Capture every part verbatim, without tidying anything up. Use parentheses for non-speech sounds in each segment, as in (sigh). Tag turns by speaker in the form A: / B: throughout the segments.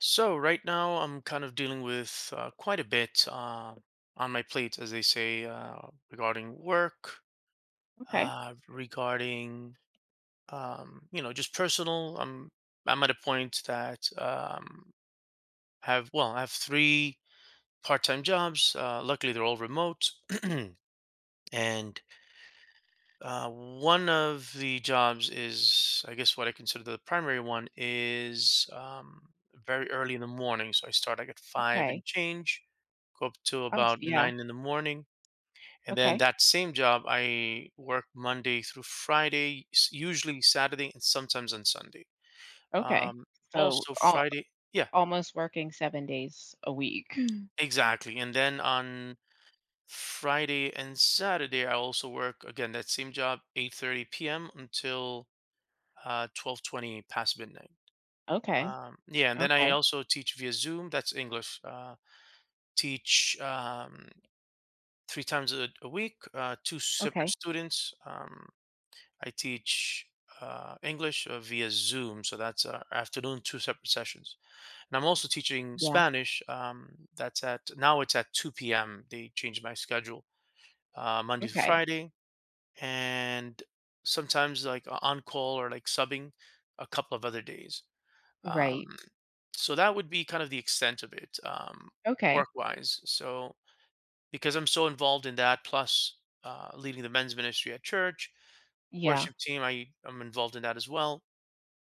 A: So right now I'm kind of dealing with uh, quite a bit uh, on my plate, as they say, uh, regarding work,
B: Okay,
A: uh, regarding um, you know just personal. I'm I'm at a point that um, have well I have three part-time jobs. Uh, luckily, they're all remote, (clears throat) and Uh, one of the jobs is, I guess, what I consider the primary one is um, very early in the morning. So I start like at five
B: okay.
A: and change, go up to
B: Oh, s
A: about
B: yeah,
A: nine in the morning. And then
B: okay,
A: that same job, I work Monday through Friday, s- usually Saturday and sometimes on Sunday.
B: okay.
A: Um,
B: So,
A: also
B: al
A: Friday, yeah,
B: Almost working seven days a week. Mm.
A: exactly. And then on Friday and Saturday, I also work again that same job, eight thirty p m until uh, twelve twenty past midnight.
B: Okay,
A: Um, yeah, and then I
B: okay,
A: also teach via Zoom. That's English. Uh, teach um, three times a, a week, uh, two separate
B: okay.
A: students. Um, I teach uh, English uh, via Zoom, so that's uh, afternoon, two separate sessions. And I'm also teaching
B: Yeah,
A: Spanish. Um, that's at Now it's at two p m. They changed my schedule uh, Monday to
B: okay.
A: Friday, and sometimes like on call or like subbing a couple of other days. Um,
B: Right.
A: so that would be kind of the extent of it um,
B: Okay.
A: work wise. So because I'm so involved in that, plus uh, leading the men's ministry at church,
B: Yeah,
A: worship team, I am involved in that as well.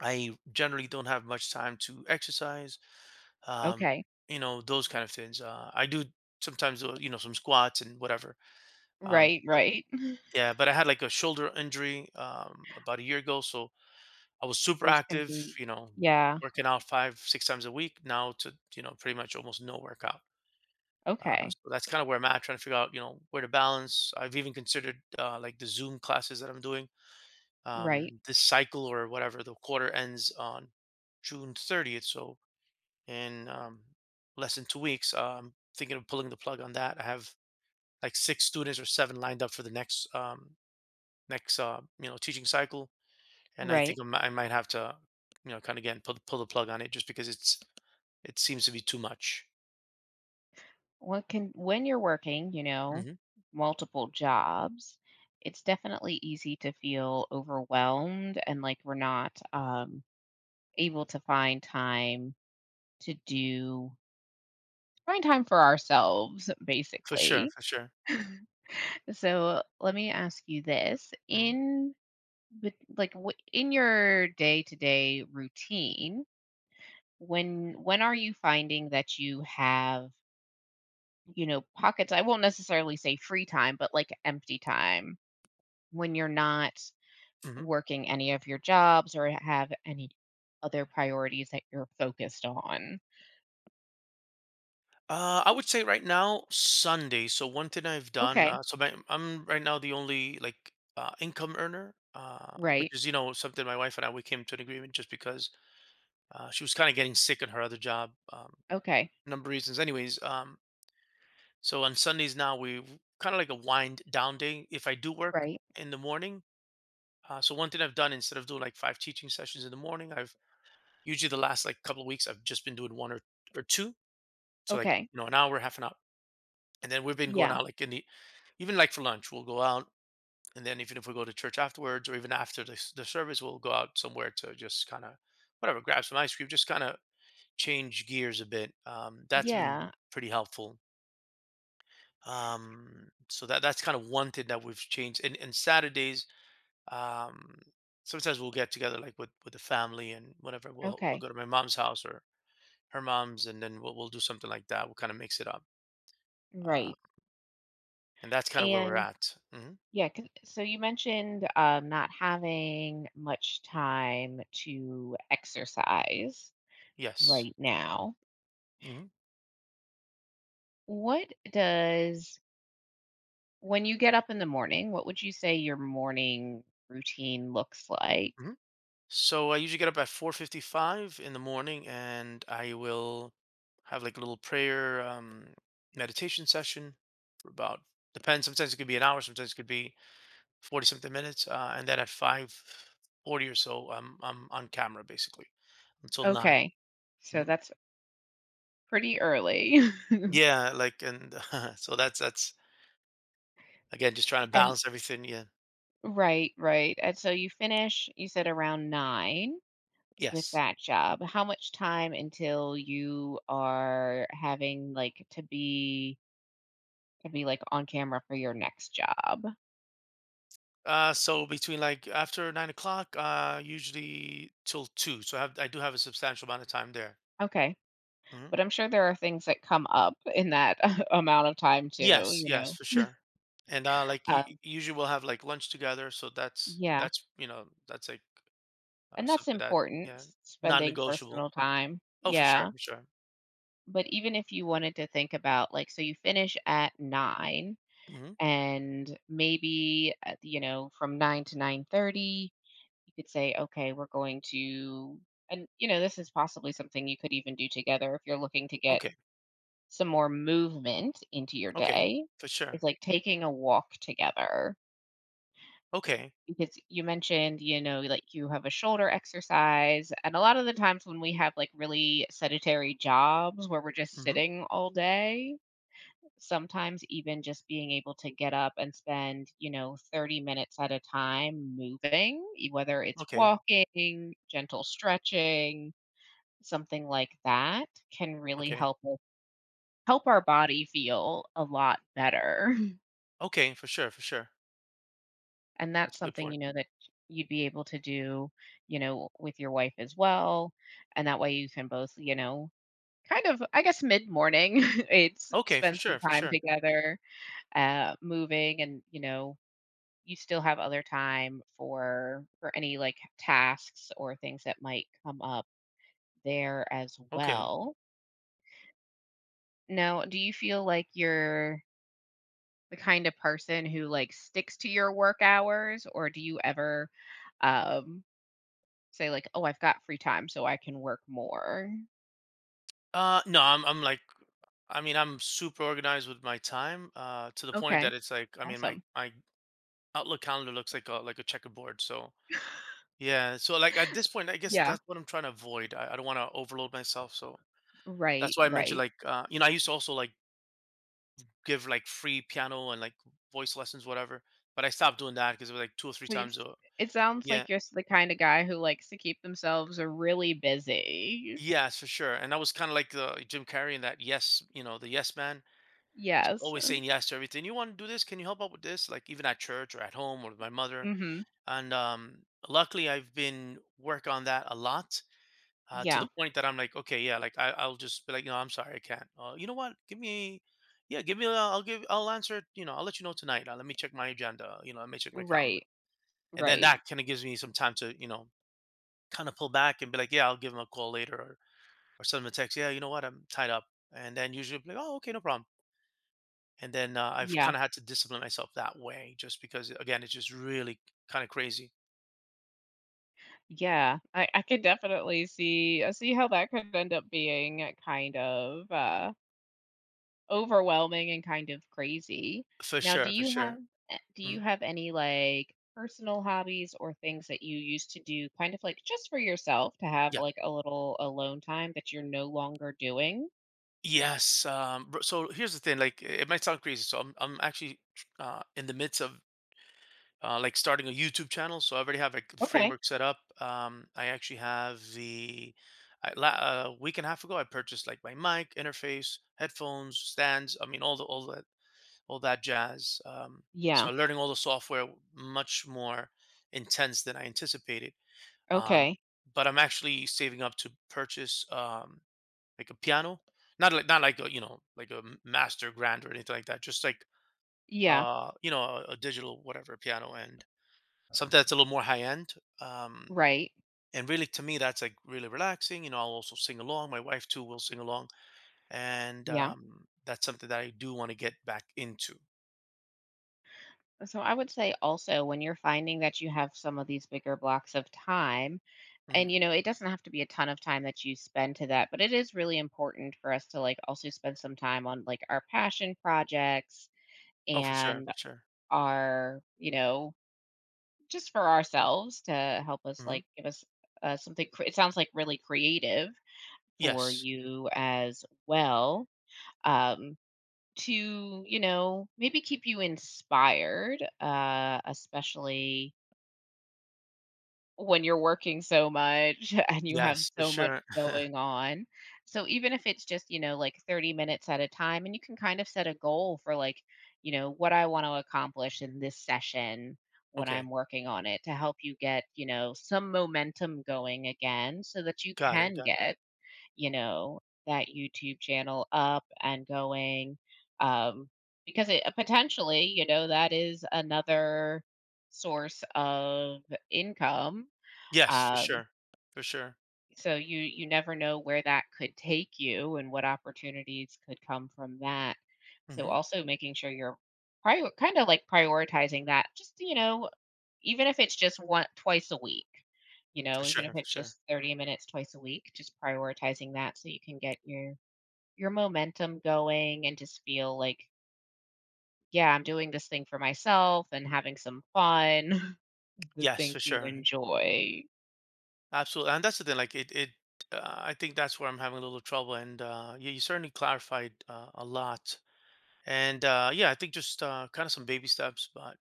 A: I generally don't have much time to exercise. um,
B: okay.
A: you know, those kind of things uh, I do sometimes, uh, you know, some squats and whatever. um,
B: Right, right. (laughs)
A: yeah, but I had like a shoulder injury um, about a year ago. So I was super
B: This can
A: active,
B: be
A: you know,
B: yeah,
A: working out five six times a week, now to, you know, pretty much almost no workout. Uh,
B: okay.
A: so that's kind of where I'm at, trying to figure out, you know, where to balance. I've even considered uh, like the Zoom classes that I'm doing.
B: Right,
A: Um, this cycle or whatever, the quarter ends on June thirtieth. So in um, less than two weeks, uh, I'm thinking of pulling the plug on that. I have like six students or seven lined up for the next um, next uh, you know, teaching cycle, and I think
B: right.
A: I mi- I might have to, you know, kind of again pull the- pull the plug on it just because it's it seems to be too much.
B: What can When you're working, you know,
A: Hmm.
B: multiple jobs, it's definitely easy to feel overwhelmed and like we're not, um, able to find time to do find time for ourselves
A: For sure,
B: basically.
A: for sure.
B: So let me ask you this, in bet like, w in your day-to-day routine, when when are you finding that you have, you know, pockets? I won't necessarily say free time, but like empty time, when you're not
A: Mm-hmm.
B: working any of your jobs or have any other priorities that you're focused on?
A: Uh, I would say right now Sunday. So one thing I've done,
B: Okay.
A: uh, so my, I'm right now the only like uh, income earner, uh, which
B: Right.
A: is, you know, something my wife and I, we came to an agreement just because uh, she was kind of getting sick in her other job, um,
B: Okay.
A: number of reasons. Anyways, um, so on Sundays now we kind of like a wind down day. If I do work
B: Right.
A: in the morning, uh, so one thing I've done, instead of doing like five teaching sessions in the morning, I've usually the last like couple of weeks I've just been doing one or or two. So, like,
B: Okay.
A: you know, an hour, half an hour. And then we've been going
B: Yeah.
A: out, like in the even like for lunch, we'll go out, and then even if we go to church afterwards, or even after the s- the service, we'll go out somewhere to just kind of whatever, grab some ice cream, just kind of change gears a bit. Um, that's been
B: Yeah.
A: pretty helpful. Um, so that that's kind of one thing that we've changed. And and Saturdays, um, sometimes we'll get together like with with the family and whatever. We'll, we'll
B: Okay,
A: go to my mom's house or her mom's, and then we'll we'll do something like that. We'll kind of mix it up. Uh,
B: right.
A: and that's kind of where we're
B: And
A: at. Hmm.
B: yeah, 'cause- so you mentioned um, not having much time to exercise
A: Yes.
B: right now.
A: Mm-hmm.
B: What does, when you get up in the morning, what would you say your morning routine looks like?
A: Mhm. So I usually get up at four fifty-five in the morning, and I will have like a little prayer um meditation session for about, depends, sometimes it could be an hour, sometimes it could be forty something minutes, uh, and then at five forty or so I'm I'm on camera basically until nine.
B: Okay, so
A: Hmm.
B: that's pretty early. (laughs)
A: Yeah, like, and (laughs) so that's that's again just trying to
B: And
A: balance everything, yeah.
B: right, right. And so you finish, you said around nine. With
A: Yes.
B: that job, how much time until you are having, like, to be to be, like, on camera for your next job?
A: Uh, so between like after nine o'clock, uh, usually till two. So I have I do have a substantial amount of time there.
B: Okay,
A: Hmm.
B: but I'm sure there are things that come up in that (laughs) amount of time too,
A: Yes,
B: you
A: yes,
B: know?
A: for sure. And uh, like y- y-
B: Um,
A: usually we'll have like lunch together, so that's
B: yeah,
A: that's you know, that's like uh,
B: and that's
A: something that,
B: important,
A: yeah,
B: s spending
A: non-negotiable.
B: personal time.
A: Oh, for sure,
B: Yeah,
A: for sure.
B: but even if you wanted to think about, like, so you finish at nine,
A: Hmm.
B: and maybe, uh, you know, from nine to nine thirty you could say, okay, we're going to, and you know, this is possibly something you could even do together if you're looking to get
A: Okay,
B: some more movement into your
A: okay,
B: day.
A: for
B: It's
A: sure.
B: like taking a walk together,
A: Okay.
B: because you mentioned, you know, like you have a shoulder exercise. And a lot of the times when we have like really sedentary jobs where we're just
A: Hmm.
B: sitting all day, sometimes even just being able to get up and spend, you know, thirty minutes at a time moving, e- whether it's
A: Okay,
B: walking, gentle stretching, something like that can really
A: okay,
B: help us- help our body feel a lot better. (laughs)
A: okay, for sure, for sure.
B: And that's
A: That's a good
B: something,
A: point.
B: you know, that you'd be able to do, you know, with your wife as well. And that way you can both, you know, kind of I guess mid morning, (laughs) it's
A: Okay, for
B: spend some
A: sure, for
B: time
A: sure.
B: together uh moving, and you know, you still have other time for for any, like, tasks or things that might come up there as
A: Okay.
B: well. Now, do you feel like you're the kind of person who, like, sticks to your work hours, or do you ever, um, say, like, "Oh, I've got free time, so I can work more?"
A: Uh, no, I'm I'm like, I mean, I'm super organized with my time. Uh, to the point
B: Okay.
A: that it's like, I mean, my
B: Awesome.
A: my Outlook calendar looks like a like a checkerboard. So yeah, so, like, at this point, I guess
B: Yeah.
A: that's what I'm trying to avoid. I I don't wanna overload myself, so that's
B: Right,
A: why I mentioned,
B: right.
A: like, uh, you know, I used to also, like, give, like, free piano and, like, voice lessons, whatever, but I stopped doing that because it was, like, two or three
B: So
A: times
B: it's
A: a.
B: it sounds
A: Yeah.
B: like you're the kind of guy who likes to keep themselves really busy.
A: Yes, for sure, and I was kinda like, uh, Jim Carrey in that, yes, you know, the yes man, just
B: Yes.
A: always saying yes to everything. "You wanna do this? Can you help out with this?" Like, even at church or at home or with my mother,
B: Mhm.
A: and, um, luckily, I've been work on that a lot. uh, to
B: Yeah.
A: the point that I'm like, okay, yeah, like I, I'll just be like, no, I'm sorry, I can't. Uh, you know what? Give me, yeah, give me. A, I'll give. I'll answer. It, you know, I'll let you know tonight. Uh, let me check my agenda. You know, let me check my calendar,
B: Right,
A: and then
B: right.
A: that kind of gives me some time to, you know, kind of pull back and be like, yeah, I'll give him a call later or or send him a text. Yeah, you know what? I'm tied up, and then usually be like, oh, okay, no problem. And then uh, I've
B: Yeah,
A: kind of had to discipline myself that way, just because again, it's just really kind of crazy.
B: yeah. I I could definitely see I see how that could end up being kind of, uh, overwhelming and kind of crazy.
A: For
B: Now, do
A: sure, for
B: you have
A: sure.
B: a do you
A: Mhm.
B: have any, like, personal hobbies or things that you used to do kind of, like, just for yourself to have,
A: Yeah.
B: like, a little alone time that you're no longer doing?
A: Yes, um, br so here's the thing, like, it might sound crazy, so I'm I'm actually, uh, in the midst of, uh, like, starting a YouTube channel, so I already have, like, the
B: Okay.
A: framework set up. um, I actually have the I la uh, a week and a half ago, I purchased, like, my mic, interface, headphones, stands, I mean, all the all that all that jazz. um,
B: Yeah.
A: so I'm learning all the software, much more intense than I anticipated. um,
B: Okay.
A: but I'm actually saving up to purchase, um like a piano, not like not like a, you know, like a m- master grand or anything like that. Just like
B: Yeah.
A: uh you know, a, a digital whatever piano, and something that's a little more high end. Um,
B: Right.
A: and really, to me that's like really relaxing. You know, I'll also sing along. My wife too will sing along, and
B: Yeah.
A: um, that's something that I do want to get back into.
B: So I would say also when you're finding that you have some of these bigger blocks of time, and
A: Hmm.
B: you know it doesn't have to be a ton of time that you spend to that, but it is really important for us to like also spend some time on like our passion projects
A: Oh, for sure,
B: and
A: for sure.
B: our, you know, just for ourselves, to help us
A: Hmm.
B: like give us uh, something cre- it sounds like really creative for
A: Yes,
B: you as well, um to you know maybe keep you inspired, uh especially when you're working so much (laughs) and you have
A: yes, for
B: so much
A: sure. (laughs)
B: going on. So even if it's just, you know, like thirty minutes at a time, and you can kind of set a goal for like, you know, what I want to accomplish in this session when
A: Okay,
B: I'm working on it, to help you get, you know, some momentum going again so that you
A: got it,
B: can
A: got it.
B: get, you know, that YouTube channel up and going, um because it uh, potentially, you know, that is another source of income,
A: Yes, for
B: um,
A: sure, for sure.
B: so you you never know where that could take you and what opportunities could come from that. So
A: Hmm.
B: also making sure you're prior kind of like prioritizing that, just you know, even if it's just one twice a week, you
A: For
B: know, even if
A: sure, for
B: it's
A: sure.
B: just thirty minutes twice a week, just prioritizing that so you can get your your momentum going, and just feel like yeah, I'm doing this thing for myself and having some fun, (laughs) the
A: Yes,
B: things
A: for
B: you
A: sure.
B: enjoy
A: Absolutely, and that's the thing. Like it, it. Uh, I think that's where I'm having a little trouble, and uh, you, you certainly clarified uh, a lot. And uh, yeah, I think just uh, kind of some baby steps, but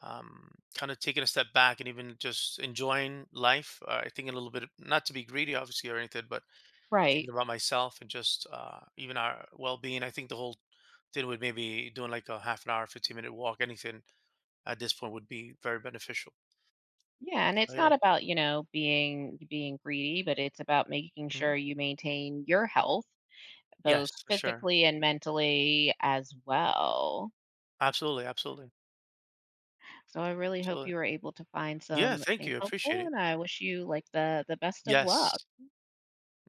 A: um, kind of taking a step back and even just enjoying life. Uh, I think a little bit, not to be greedy, obviously, or anything, but
B: right.
A: thinking about myself and just uh, even our well-being. I think the whole thing would, maybe doing like a half an hour, fifteen-minute walk, anything at this point would be very beneficial.
B: Yeah, and it's
A: I, I,
B: not about, you know, being being greedy, but it's about making
A: mhm.
B: sure you maintain your health, both
A: Yes, for sure.
B: physically and mentally as well.
A: Absolutely, absolutely,
B: So I really hope you
A: absolutely.
B: were able to find
A: Yeah,
B: some
A: thank
B: things
A: you. I appreciate
B: helpful,
A: it.
B: and I wish you like the the best of luck.
A: Yes.